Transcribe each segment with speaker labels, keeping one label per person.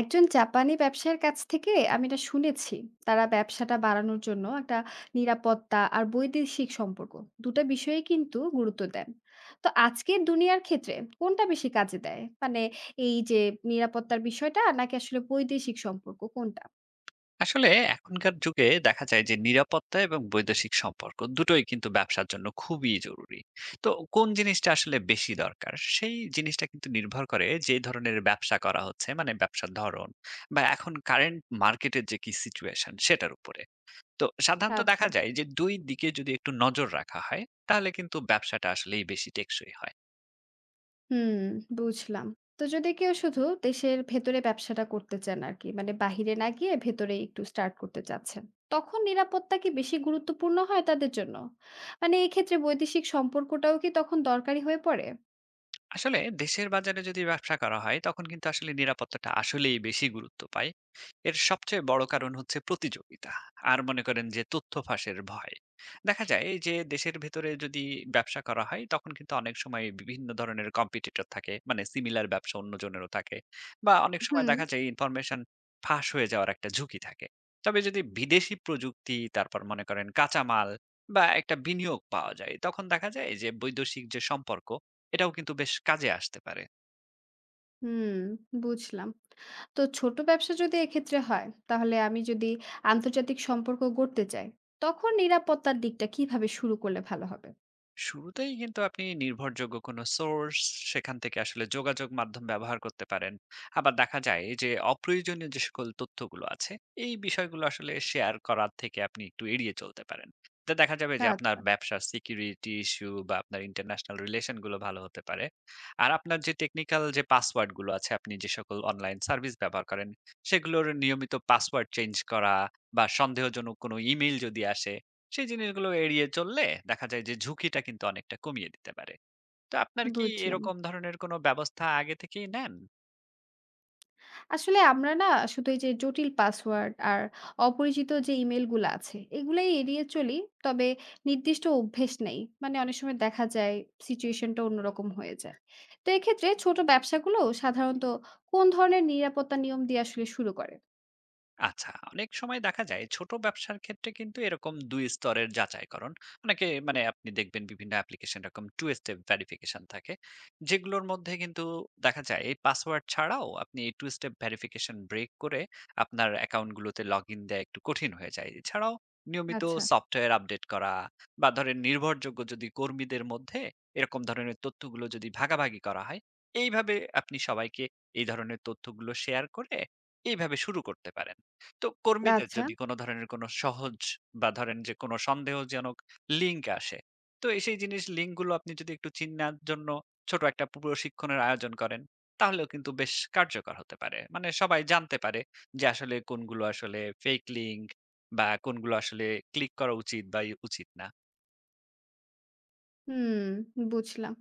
Speaker 1: একজন জাপানি ব্যবসায়ীর কাছ থেকে আমি এটা শুনেছি। তারা ব্যবসাটা বাড়ানোর জন্য একটা নিরাপত্তা আর বৈদেশিক সম্পর্ক দুটো বিষয়ে কিন্তু গুরুত্ব দেন। তো আজকের দুনিয়ার ক্ষেত্রে কোনটা বেশি কাজে দেয়, মানে এই যে নিরাপত্তার বিষয়টা নাকি আসলে বৈদেশিক সম্পর্ক, কোনটা?
Speaker 2: আসলে এখনকার যুগে দেখা যায় যে নিরাপত্তা এবং বৈদেশিক সম্পর্ক দুটোই কিন্তু ব্যবসার জন্য খুবই জরুরি। তো কোন জিনিসটা আসলে বেশি দরকার সেই জিনিসটা কিন্তু নির্ভর করে যে ধরনের ব্যবসা করা হচ্ছে, মানে ব্যবসার ধরন বা এখন কারেন্ট মার্কেটের যে কি সিচুয়েশন সেটার উপরে। তো সাধারণত
Speaker 1: আচ্ছা।
Speaker 2: দেখা যায় যে দুই দিকে যদি একটু নজর রাখা হয় তাহলে কিন্তু ব্যবসাটা আসলেই বেশি টেকসই হয়।
Speaker 1: হুম, বুঝলাম। তো যদি কেউ শুধু দেশের ভেতরে ব্যবসাটা করতে চান আরকি, মানে বাহিরে না গিয়ে ভেতরে একটু স্টার্ট করতে চাচ্ছেন, তখন নিরাপত্তা কি বেশি গুরুত্বপূর্ণ হয় তাদের জন্য? মানে এক্ষেত্রে বৈদেশিক সম্পর্কটাও কি তখন দরকারি হয়ে পড়ে?
Speaker 2: আসলে দেশের বাজারে যদি ব্যবসা করা হয় তখন কিন্তু আসলে নিরাপত্তাটা আসলেই বেশি গুরুত্ব পায়। এর সবচেয়ে বড় কারণ হচ্ছে প্রতিযোগিতা আর মনে করেন যে তথ্য ফাঁসের ভয়। দেখা যায় যে দেশের ভেতরে যদি ব্যবসা করা হয় তখন কিন্তু অনেক সময় বিভিন্ন ধরনের কম্পিটিটর থাকে, মানে সিমিলার ব্যবসা অন্যজনেরও থাকে, বা অনেক সময়
Speaker 1: হুম,
Speaker 2: দেখা যায় ইনফরমেশন ফাঁস হয়ে যাওয়ার একটা ঝুঁকি থাকে। তবে যদি বিদেশি প্রযুক্তি, তারপর মনে করেন কাঁচামাল বা একটা বিনিয়োগ পাওয়া যায় তখন দেখা যায় যে বৈদেশিক যে সম্পর্ক এটাও কিন্তু বেশ কাজে আসতে পারে।
Speaker 1: হুম, বুঝলাম। তো ছোট ব্যবসা যদি এক্ষেত্রে হয়, তাহলে আমি যদি আন্তর্জাতিক সম্পর্ক গড়তে চাই, তখন নিরাপত্তার দিকটা কিভাবে শুরু করলে ভালো হবে?
Speaker 2: শুরুতেই কিন্তু আপনি নির্ভরযোগ্য কোনো সোর্স, সেখান থেকে আসলে যোগাযোগ মাধ্যম ব্যবহার করতে পারেন। আবার দেখা যায় যে অপ্রয়োজনীয় যে সকল তথ্যগুলো আছে, এই বিষয়গুলো আসলে শেয়ার করার থেকে আপনি একটু এড়িয়ে চলতে পারেন। তো দেখা যাবে যে আপনার
Speaker 1: আচ্ছা,
Speaker 2: ব্যবসার সিকিউরিটি ইস্যু বা আপনার ইন্টারন্যাশনাল রিলেশন গুলো ভালো হতে পারে। আর আপনার যে টেকনিক্যাল যে পাসওয়ার্ড গুলো আছে, আপনি যে সকল অনলাইন সার্ভিস ব্যবহার করেন, সেগুলোর নিয়মিত পাসওয়ার্ড চেঞ্জ করা বা সন্দেহজনক কোনো ইমেইল যদি আসে সেই জিনিসগুলো এড়িয়ে চললে দেখা যায় যে ঝুঁকিটা কিন্তু অনেকটা কমিয়ে দিতে পারে। তো আপনার কি
Speaker 1: বুঝলাম।
Speaker 2: এরকম ধরনের কোনো ব্যবস্থা আগে থেকেই নেন?
Speaker 1: আসলে আমরা না শুধু এই যে জটিল পাসওয়ার্ড আর অপরিচিত যে ইমেলগুলো আছে এগুলাই এড়িয়ে চলি। তবে নির্দিষ্ট অভ্যেস নেই, মানে অনেক সময় দেখা যায় সিচুয়েশনটা অন্যরকম হয়ে যায়। তো এক্ষেত্রে ছোট ব্যবসাগুলো সাধারণত কোন ধরনের নিরাপত্তা নিয়ম দিয়ে আসলে শুরু করে?
Speaker 2: আচ্ছা, অনেক সময় দেখা যায় ছোট ব্যবসার ক্ষেত্রে কিন্তু এরকম দুই স্তরের যাচাইকরণ অনেকে, মানে আপনি দেখবেন বিভিন্ন অ্যাপ্লিকেশন এরকম টু স্টেপ ভেরিফিকেশন থাকে, যেগুলোর মধ্যে কিন্তু দেখা যায় এই পাসওয়ার্ড ছাড়াও আপনি এই টু স্টেপ ভেরিফিকেশন ব্রেক করে আপনার অ্যাকাউন্টগুলোতে লগ ইন দেওয়া একটু কঠিন হয়ে যায়। এছাড়াও নিয়মিত
Speaker 1: আচ্ছা।
Speaker 2: সফটওয়্যার আপডেট করা বা ধরেন নির্ভরযোগ্য যদি কর্মীদের মধ্যে এরকম ধরনের তথ্যগুলো যদি ভাগাভাগি করা হয়, এইভাবে আপনি সবাইকে এই ধরনের তথ্যগুলো শেয়ার করে এইভাবে শুরু করতে পারেন। তো কর্মীদের
Speaker 1: আচ্ছা।
Speaker 2: যদি কোন ধরনের কোন সহজ বা ধরেন যে কোন সন্দেহজনক লিঙ্ক আসে, তো এ সেই জিনিস লিঙ্কগুলো আপনি যদি একটু চিন্নার জন্য ছোট একটা প্রশিক্ষণের আয়োজন করেন, তাহলেও কিন্তু বেশ কার্যকর হতে পারে। মানে সবাই জানতে পারে যে আসলে কোনগুলো আসলে ফেক লিঙ্ক বা কোনগুলো আসলে ক্লিক করা উচিত বা ই উচিত না।
Speaker 1: হুম, বুঝলাম।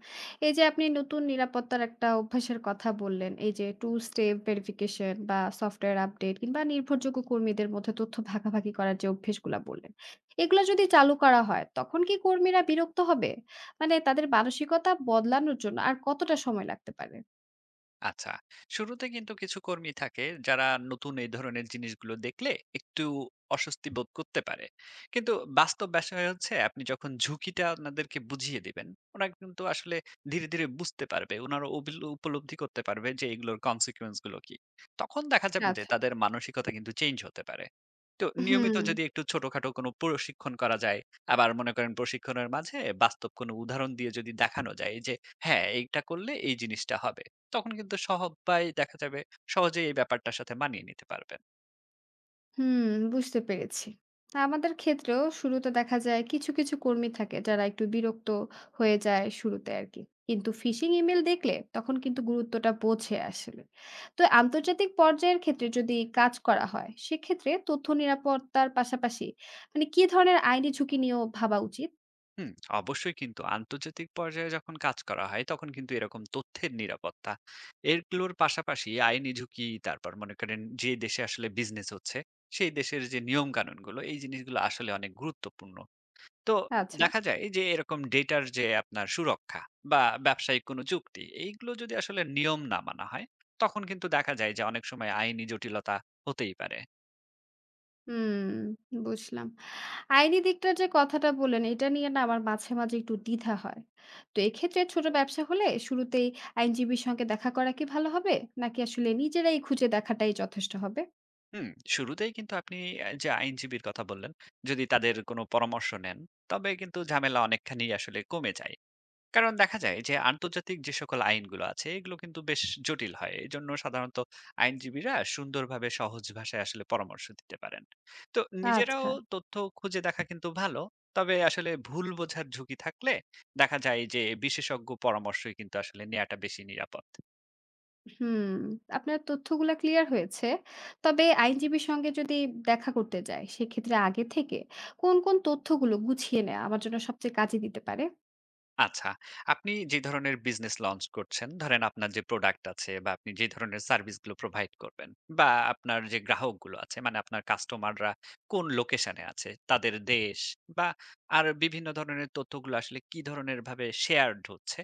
Speaker 1: এই যে আপনি নতুন নিরাপত্তার একটা অভ্যাসের কথা বললেন। এই যে টু স্টেপ ভেরিফিকেশন বা সফটওয়্যার আপডেট কিংবা নির্ভরযোগ্য কর্মীদের মধ্যে তথ্য ভাগাভাগি করার যে অভ্যেসগুলা বললেন, এগুলা যদি চালু করা হয় তখন কি কর্মীরা বিরক্ত হবে? মানে তাদের মানসিকতা বদলানোর জন্য আর কতটা সময় লাগতে পারে?
Speaker 2: আচ্ছা, শুরুতে কিন্তু কিছু কর্মী থাকে যারা নতুন এই ধরনের জিনিসগুলো দেখলে একটু অস্বস্তি বোধ করতে পারে। কিন্তু বাস্তব বিষয় হচ্ছে আপনি যখন ঝুঁকিটা ওনাদেরকে বুঝিয়ে দিবেন ওরা কিন্তু আসলে ধীরে ধীরে বুঝতে পারবে, ওনারা উপলব্ধি করতে পারবে যে এগুলোর কনসিকুয়েন্স গুলো কি। তখন দেখা যাবে যে
Speaker 1: আচ্ছা,
Speaker 2: তাদের মানসিকতা কিন্তু চেঞ্জ হতে পারে। তো নিয়মিত
Speaker 1: হুম।
Speaker 2: যদি একটু ছোটখাটো কোনো প্রশিক্ষণ করা যায়, আবার মনে করেন প্রশিক্ষণের মাঝে বাস্তব কোনো উদাহরণ দিয়ে যদি দেখানো যায় যে হ্যাঁ এইটা করলে এই জিনিসটা হবে, তখন কিন্তু সবাই দেখা যাবে সহজেই এই ব্যাপারটার সাথে মানিয়ে নিতে পারবেন।
Speaker 1: হুম, বুঝতে পেরেছি। তা আমাদের ক্ষেত্রেও শুরুতে দেখা যায় কিছু, কিছু কর্মী থাকে যারা একটু বিরক্ত হয়ে যায় শুরুতে আরকি। কিন্তু ফিশিং ইমেইল দেখলে তখন কিন্তু গুরুত্বটা বোঝে আসলে। তো আন্তর্জাতিক পর্যায়ের ক্ষেত্রে যদি কাজ করা হয়, সেক্ষেত্রে তথ্য নিরাপত্তার পাশাপাশি মানে কি ধরনের আইনি ঝুঁকি নিয়েও ভাবা উচিত?
Speaker 2: হুম, অবশ্যই কিন্তু আন্তর্জাতিক পর্যায়ে যখন কাজ করা হয় তখন কিন্তু এরকম তথ্যের নিরাপত্তা, এগুলোর পাশাপাশি আইনি ঝুঁকি, তারপর মনে করেন যে দেশে আসলে বিজনেস হচ্ছে সেই দেশের যে নিয়ম কানুনগুলো, এই জিনিসগুলো আসলে অনেক গুরুত্বপূর্ণ। তো
Speaker 1: আচ্ছা।
Speaker 2: দেখা যায় যে এরকম ডেটার যে আপনার সুরক্ষা বা ব্যবসায়িক কোনো যুক্তি, এইগুলো যদি আসলে নিয়ম না মানা হয় তখন কিন্তু দেখা যায় যে অনেক সময় আইনি জটিলতা হতেই পারে।
Speaker 1: হুম, বুঝলাম। আইনি দিকটার যে কথাটা বললেন, এটা নিয়ে না আমার মাঝে, মাঝে একটু দ্বিধা হয়। তো এক্ষেত্রে ছোট ব্যবসা হলে শুরুতেই আইনজীবীর সঙ্গে দেখা করা কি ভালো হবে? নাকি আসলে নিজেরাই খুঁজে দেখাটাই যথেষ্ট হবে?
Speaker 2: হুম, শুরুতেই কিন্তু আপনি যে আইনজীবীর কথা বললেন, যদি তাদের কোনো পরামর্শ নেন, তবে কিন্তু ঝামেলা অনেকখানি আসলে কমে যায়। কারণ দেখা যায় যে আন্তর্জাতিক যে সকল আইনগুলো আছে, এগুলো কিন্তু বেশ জটিল হয়। এজন্য সাধারণত আইনজীবীরা সুন্দরভাবে সহজ ভাষায় আসলে পরামর্শ দিতে পারেন। তো নিজেরাও
Speaker 1: আচ্ছা,
Speaker 2: তথ্য খুঁজে দেখা কিন্তু ভালো। তবে আসলে ভুল বোঝার ঝুঁকি থাকলে দেখা যায় যে বিশেষজ্ঞ পরামর্শই কিন্তু আসলে নেয়াটা বেশি নিরাপদ।
Speaker 1: হুম, আপনার তথ্যগুলা ক্লিয়ার হয়েছে। তবে আইনজীবীর সঙ্গে যদি দেখা করতে যাই, সেক্ষেত্রে আগে থেকে কোন, কোন তথ্যগুলো গুছিয়ে নেয়া আমার জন্য সবচেয়ে কাজে দিতে পারে?
Speaker 2: আচ্ছা। আপনি যে ধরনের বিজনেস লঞ্চ করছেন, ধরেন আপনার যে প্রোডাক্ট আছে বা আপনি যে ধরনের সার্ভিস গুলো প্রোভাইড করবেন বা আপনার যে গ্রাহকগুলো আছে, মানে আপনার কাস্টমাররা কোন লোকেশনে আছে, তাদের দেশ বা আর বিভিন্ন ধরনের তথ্যগুলো আসলে কি ধরনের ভাবে শেয়ার্ড হচ্ছে,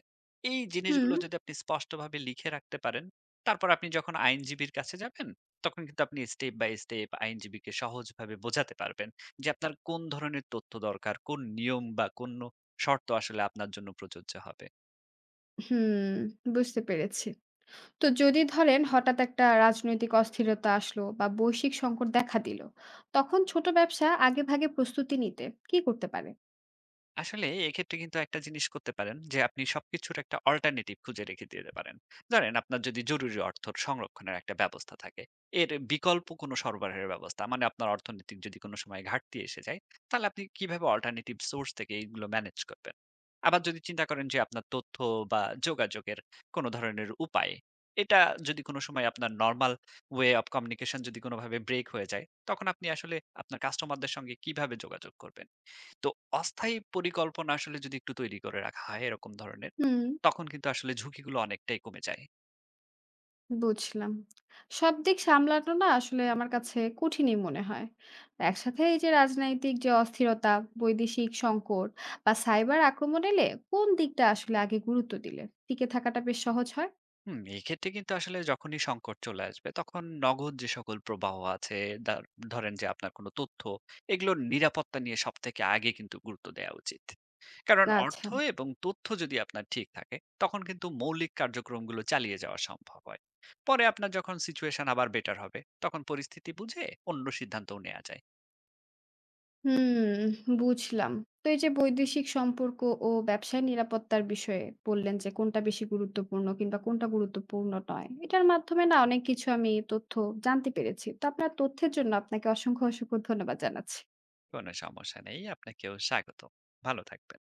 Speaker 2: এই
Speaker 1: হুম,
Speaker 2: জিনিসগুলো যদি আপনি স্পষ্টভাবে লিখে রাখতে পারেন, তারপর আপনি যখন আইনজীবীর কাছে যাবেন, তখন কিন্তু আপনি স্টেপ বাই স্টেপ আইনজীবীকে সহজভাবে বোঝাতে পারবেন যে আপনার কোন ধরনের তথ্য দরকার, কোন নিয়ম বা কোন শর্ত আসলে আপনার জন্য প্রযোজ্য হবে।
Speaker 1: হুম, বুঝতে পেরেছি। তো যদি ধরেন হঠাৎ একটা রাজনৈতিক অস্থিরতা আসলো বা বৈশ্বিক সংকট দেখা দিল, তখন ছোট ব্যবসা আগে ভাগে প্রস্তুতি নিতে কি করতে পারে?
Speaker 2: আসলে এক্ষেত্রে কিন্তু একটা জিনিস করতে পারেন যে আপনি সবকিছুর একটা অল্টারনেটিভ খুঁজে রেখে দিতে পারেন। ধরেন আপনার যদি জরুরি অর্থ সংরক্ষণের একটা ব্যবস্থা থাকে, এর বিকল্প কোনো সরবরাহের ব্যবস্থা, মানে আপনার অর্থনৈতিক যদি কোনো সময় ঘাটতি এসে যায়, তাহলে আপনি কিভাবে অল্টারনেটিভ সোর্স থেকে এইগুলো ম্যানেজ করবেন? আবার যদি চিন্তা করেন যে আপনার তথ্য বা যোগাযোগের কোনো ধরনের উপায়, এটা যদি কোনো সময় আপনার নরমাল ওয়ে অফ কমিউনিকেশন যদি কোনোভাবে ব্রেক হয়ে যায়, তখন আপনি আসলে আপনার কাস্টমারদের সঙ্গে কিভাবে যোগাযোগ করবেন? তো অস্থায়ী পরিকল্পনা আসলে যদি একটু তৈরি করে রাখা হয় এরকম ধরনের,
Speaker 1: হুম।
Speaker 2: তখন কিন্তু আসলে ঝুঁকিগুলো অনেকটাই কমে যায়।
Speaker 1: বুঝলাম। সব দিক সামলানো না আসলে আমার কাছে কঠিনই মনে হয় একসাথে। এই যে রাজনৈতিক যে অস্থিরতা, বৈদেশিক সংকট বা সাইবার আক্রমণ এলে কোন দিকটা আসলে আগে গুরুত্ব দিলে টিকে থাকাটা বেশ সহজ হয়?
Speaker 2: হুম, এক্ষেত্রে কিন্তু আসলে যখনই সংকট চলে আসবে তখন নগদ যে সকল প্রবাহ আছে, দা ধরেন যে আপনার কোনো তথ্য, এগুলোর নিরাপত্তা নিয়ে সবথেকে আগে কিন্তু গুরুত্ব দেয়া উচিত। কারণ অর্থ
Speaker 1: আচ্ছা।
Speaker 2: এবং তথ্য যদি আপনার ঠিক থাকে তখন কিন্তু মৌলিক কার্যক্রমগুলো চালিয়ে যাওয়া সম্ভব হয়। পরে আপনার যখন সিচুয়েশন আবার বেটার হবে তখন পরিস্থিতি বুঝে অন্য সিদ্ধান্তও নেয়া যায়।
Speaker 1: হুম, বুঝলাম। তো এই যে বৈদেশিক সম্পর্ক ও ব্যবসায় নিরাপত্তার বিষয়ে বললেন যে কোনটা বেশি গুরুত্বপূর্ণ কিংবা কোনটা গুরুত্বপূর্ণ নয়, এটার মাধ্যমে না অনেক কিছু আমি তথ্য জানতে পেরেছি। তো আপনার তথ্যের জন্য আপনাকে অসংখ্য, অসংখ্য ধন্যবাদ জানাচ্ছি।
Speaker 2: কোনো সমস্যা নেই। আপনাকেও স্বাগতম। ভালো থাকবেন।